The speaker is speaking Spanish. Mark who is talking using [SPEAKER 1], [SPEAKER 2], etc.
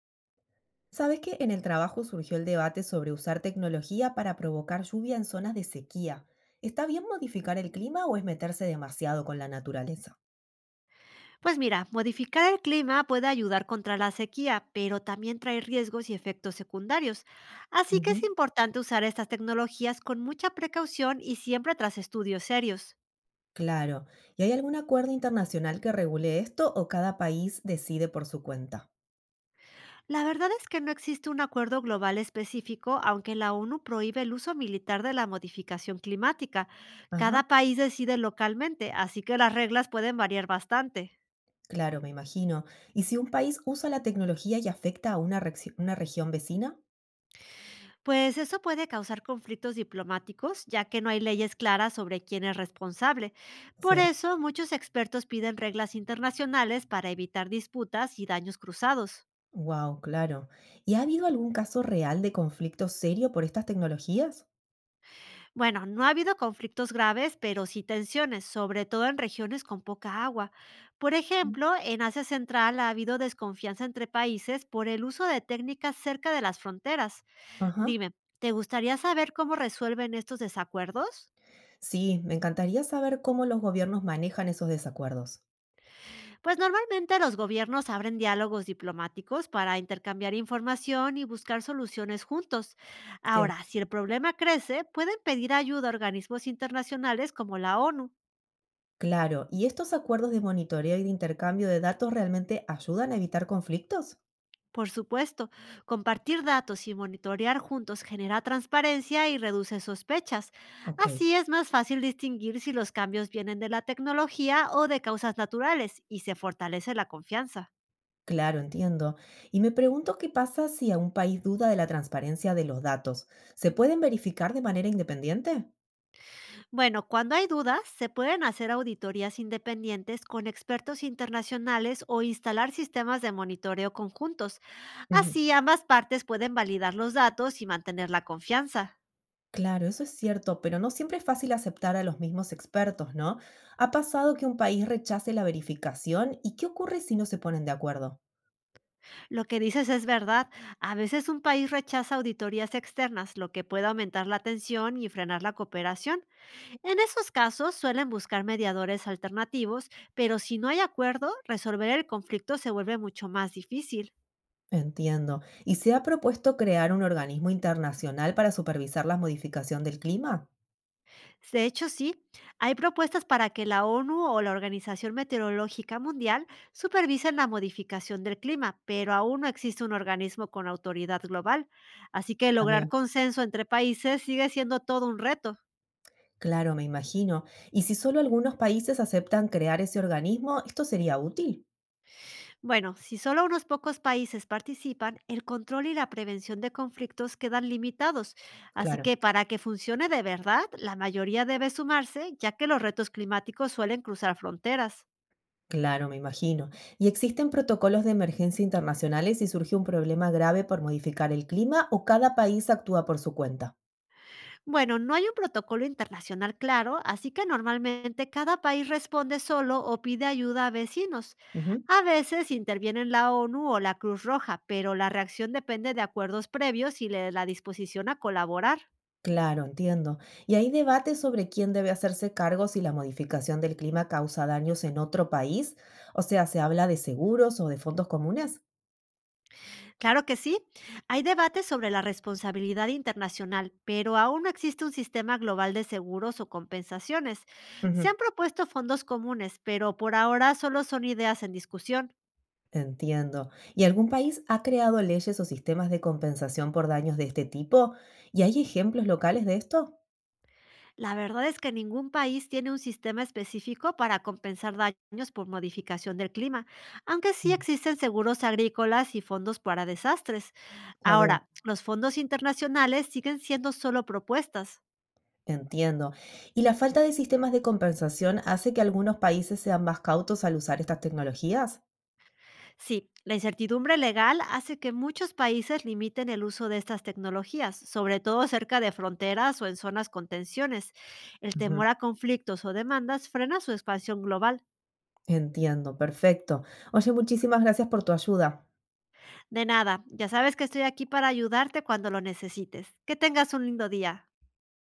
[SPEAKER 1] ¿Sabes que en el trabajo surgió el debate sobre usar tecnología para provocar lluvia en zonas de sequía? ¿Está bien modificar el clima o es meterse demasiado con la naturaleza?
[SPEAKER 2] Pues mira, modificar el clima puede ayudar contra la sequía, pero también trae riesgos y efectos secundarios. Así que es
[SPEAKER 1] Ujú.
[SPEAKER 2] importante usar estas tecnologías con mucha precaución y siempre tras estudios serios.
[SPEAKER 1] Claro, ¿y hay algún acuerdo internacional que regule esto o cada país decide por su cuenta?
[SPEAKER 2] La verdad es que no existe un acuerdo global específico, aunque la ONU prohíbe el uso militar de la modificación climática.
[SPEAKER 1] Ajá.
[SPEAKER 2] Cada país decide localmente, así que las reglas pueden variar bastante.
[SPEAKER 1] Claro, me imagino. ¿Y si un país usa la tecnología y afecta a una región vecina?
[SPEAKER 2] Pues eso puede causar conflictos diplomáticos, ya que no hay leyes claras sobre quién es responsable. Por
[SPEAKER 1] Cierto.
[SPEAKER 2] eso, muchos expertos piden reglas internacionales para evitar disputas y daños cruzados.
[SPEAKER 1] Wow, claro. ¿Y ha habido algún caso real de conflicto serio por estas tecnologías?
[SPEAKER 2] Bueno, no ha habido conflictos graves, pero sí tensiones, sobre todo en regiones con poca agua. Por
[SPEAKER 1] Mm.
[SPEAKER 2] ejemplo, en Asia Central ha habido desconfianza entre países por el uso de técnicas cerca de las fronteras.
[SPEAKER 1] Ajá.
[SPEAKER 2] Dime, ¿te gustaría saber cómo resuelven estos desacuerdos?
[SPEAKER 1] Sí, me encantaría saber cómo los gobiernos manejan esos desacuerdos.
[SPEAKER 2] Pues normalmente los gobiernos abren diálogos diplomáticos para intercambiar información y buscar soluciones juntos. Ahora,
[SPEAKER 1] Cierto.
[SPEAKER 2] si el problema crece, pueden pedir ayuda a organismos internacionales como la ONU.
[SPEAKER 1] Claro, ¿y estos acuerdos de monitoreo y de intercambio de datos realmente ayudan a evitar conflictos?
[SPEAKER 2] Por supuesto, compartir datos y monitorear juntos genera transparencia y reduce sospechas.
[SPEAKER 1] Ok.
[SPEAKER 2] Así es más fácil distinguir si los cambios vienen de la tecnología o de causas naturales y se fortalece la confianza.
[SPEAKER 1] Claro, entiendo. Y me pregunto qué pasa si a un país duda de la transparencia de los datos. ¿Se pueden verificar de manera independiente?
[SPEAKER 2] Bueno, cuando hay dudas, se pueden hacer auditorías independientes con expertos internacionales o instalar sistemas de monitoreo conjuntos.
[SPEAKER 1] Ujú.
[SPEAKER 2] Así ambas partes pueden validar los datos y mantener la confianza.
[SPEAKER 1] Claro, eso es cierto, pero no siempre es fácil aceptar a los mismos expertos, ¿no? ¿Ha pasado que un país rechace la verificación y qué ocurre si no se ponen de acuerdo?
[SPEAKER 2] Lo que dices es verdad. A veces un país rechaza auditorías externas, lo que puede aumentar la tensión y frenar la cooperación. En esos casos suelen buscar mediadores alternativos, pero si no hay acuerdo, resolver el conflicto se vuelve mucho más difícil.
[SPEAKER 1] Entiendo. ¿Y se ha propuesto crear un organismo internacional para supervisar la modificación del clima?
[SPEAKER 2] De hecho, sí, hay propuestas para que la ONU o la Organización Meteorológica Mundial supervisen la modificación del clima, pero aún no existe un organismo con autoridad global. Así que
[SPEAKER 1] A ver.
[SPEAKER 2] lograr consenso entre países sigue siendo todo un reto.
[SPEAKER 1] Claro, me imagino. Y si solo algunos países aceptan crear ese organismo, esto sería útil.
[SPEAKER 2] Bueno, si solo unos pocos países participan, el control y la prevención de conflictos quedan limitados. Así
[SPEAKER 1] Claro,
[SPEAKER 2] que para que funcione de verdad, la mayoría debe sumarse, ya que los retos climáticos suelen cruzar fronteras.
[SPEAKER 1] claro, me imagino. ¿Y existen protocolos de emergencia internacionales si surge un problema grave por modificar el clima o cada país actúa por su cuenta?
[SPEAKER 2] Bueno, no hay un protocolo internacional claro, así que normalmente cada país responde solo o pide ayuda a vecinos.
[SPEAKER 1] Ujú.
[SPEAKER 2] A veces intervienen la ONU o la Cruz Roja, pero la reacción depende de acuerdos previos y de la disposición a colaborar.
[SPEAKER 1] Claro, entiendo. ¿Y hay debate sobre quién debe hacerse cargo si la modificación del clima causa daños en otro país? O sea, ¿se habla de seguros o de fondos comunes?
[SPEAKER 2] Claro que sí, hay debates sobre la responsabilidad internacional, pero aún no existe un sistema global de seguros o compensaciones.
[SPEAKER 1] Ujú,
[SPEAKER 2] Se han propuesto fondos comunes, pero por ahora solo son ideas en discusión.
[SPEAKER 1] entiendo. ¿Y algún país ha creado leyes o sistemas de compensación por daños de este tipo? ¿Y hay ejemplos locales de esto?
[SPEAKER 2] La verdad es que ningún país tiene un sistema específico para compensar daños por modificación del clima, aunque sí
[SPEAKER 1] Mm.
[SPEAKER 2] existen seguros agrícolas y fondos para desastres.
[SPEAKER 1] A ver,
[SPEAKER 2] Ahora, los fondos internacionales siguen siendo solo propuestas.
[SPEAKER 1] entiendo. ¿Y la falta de sistemas de compensación hace que algunos países sean más cautos al usar estas tecnologías?
[SPEAKER 2] Sí, la incertidumbre legal hace que muchos países limiten el uso de estas tecnologías, sobre todo cerca de fronteras o en zonas con tensiones. El
[SPEAKER 1] Ujú,
[SPEAKER 2] temor a conflictos o demandas frena su expansión global.
[SPEAKER 1] entiendo, perfecto. Oye, muchísimas gracias por tu ayuda.
[SPEAKER 2] De nada, ya sabes que estoy aquí para ayudarte cuando lo necesites. Que tengas un lindo día.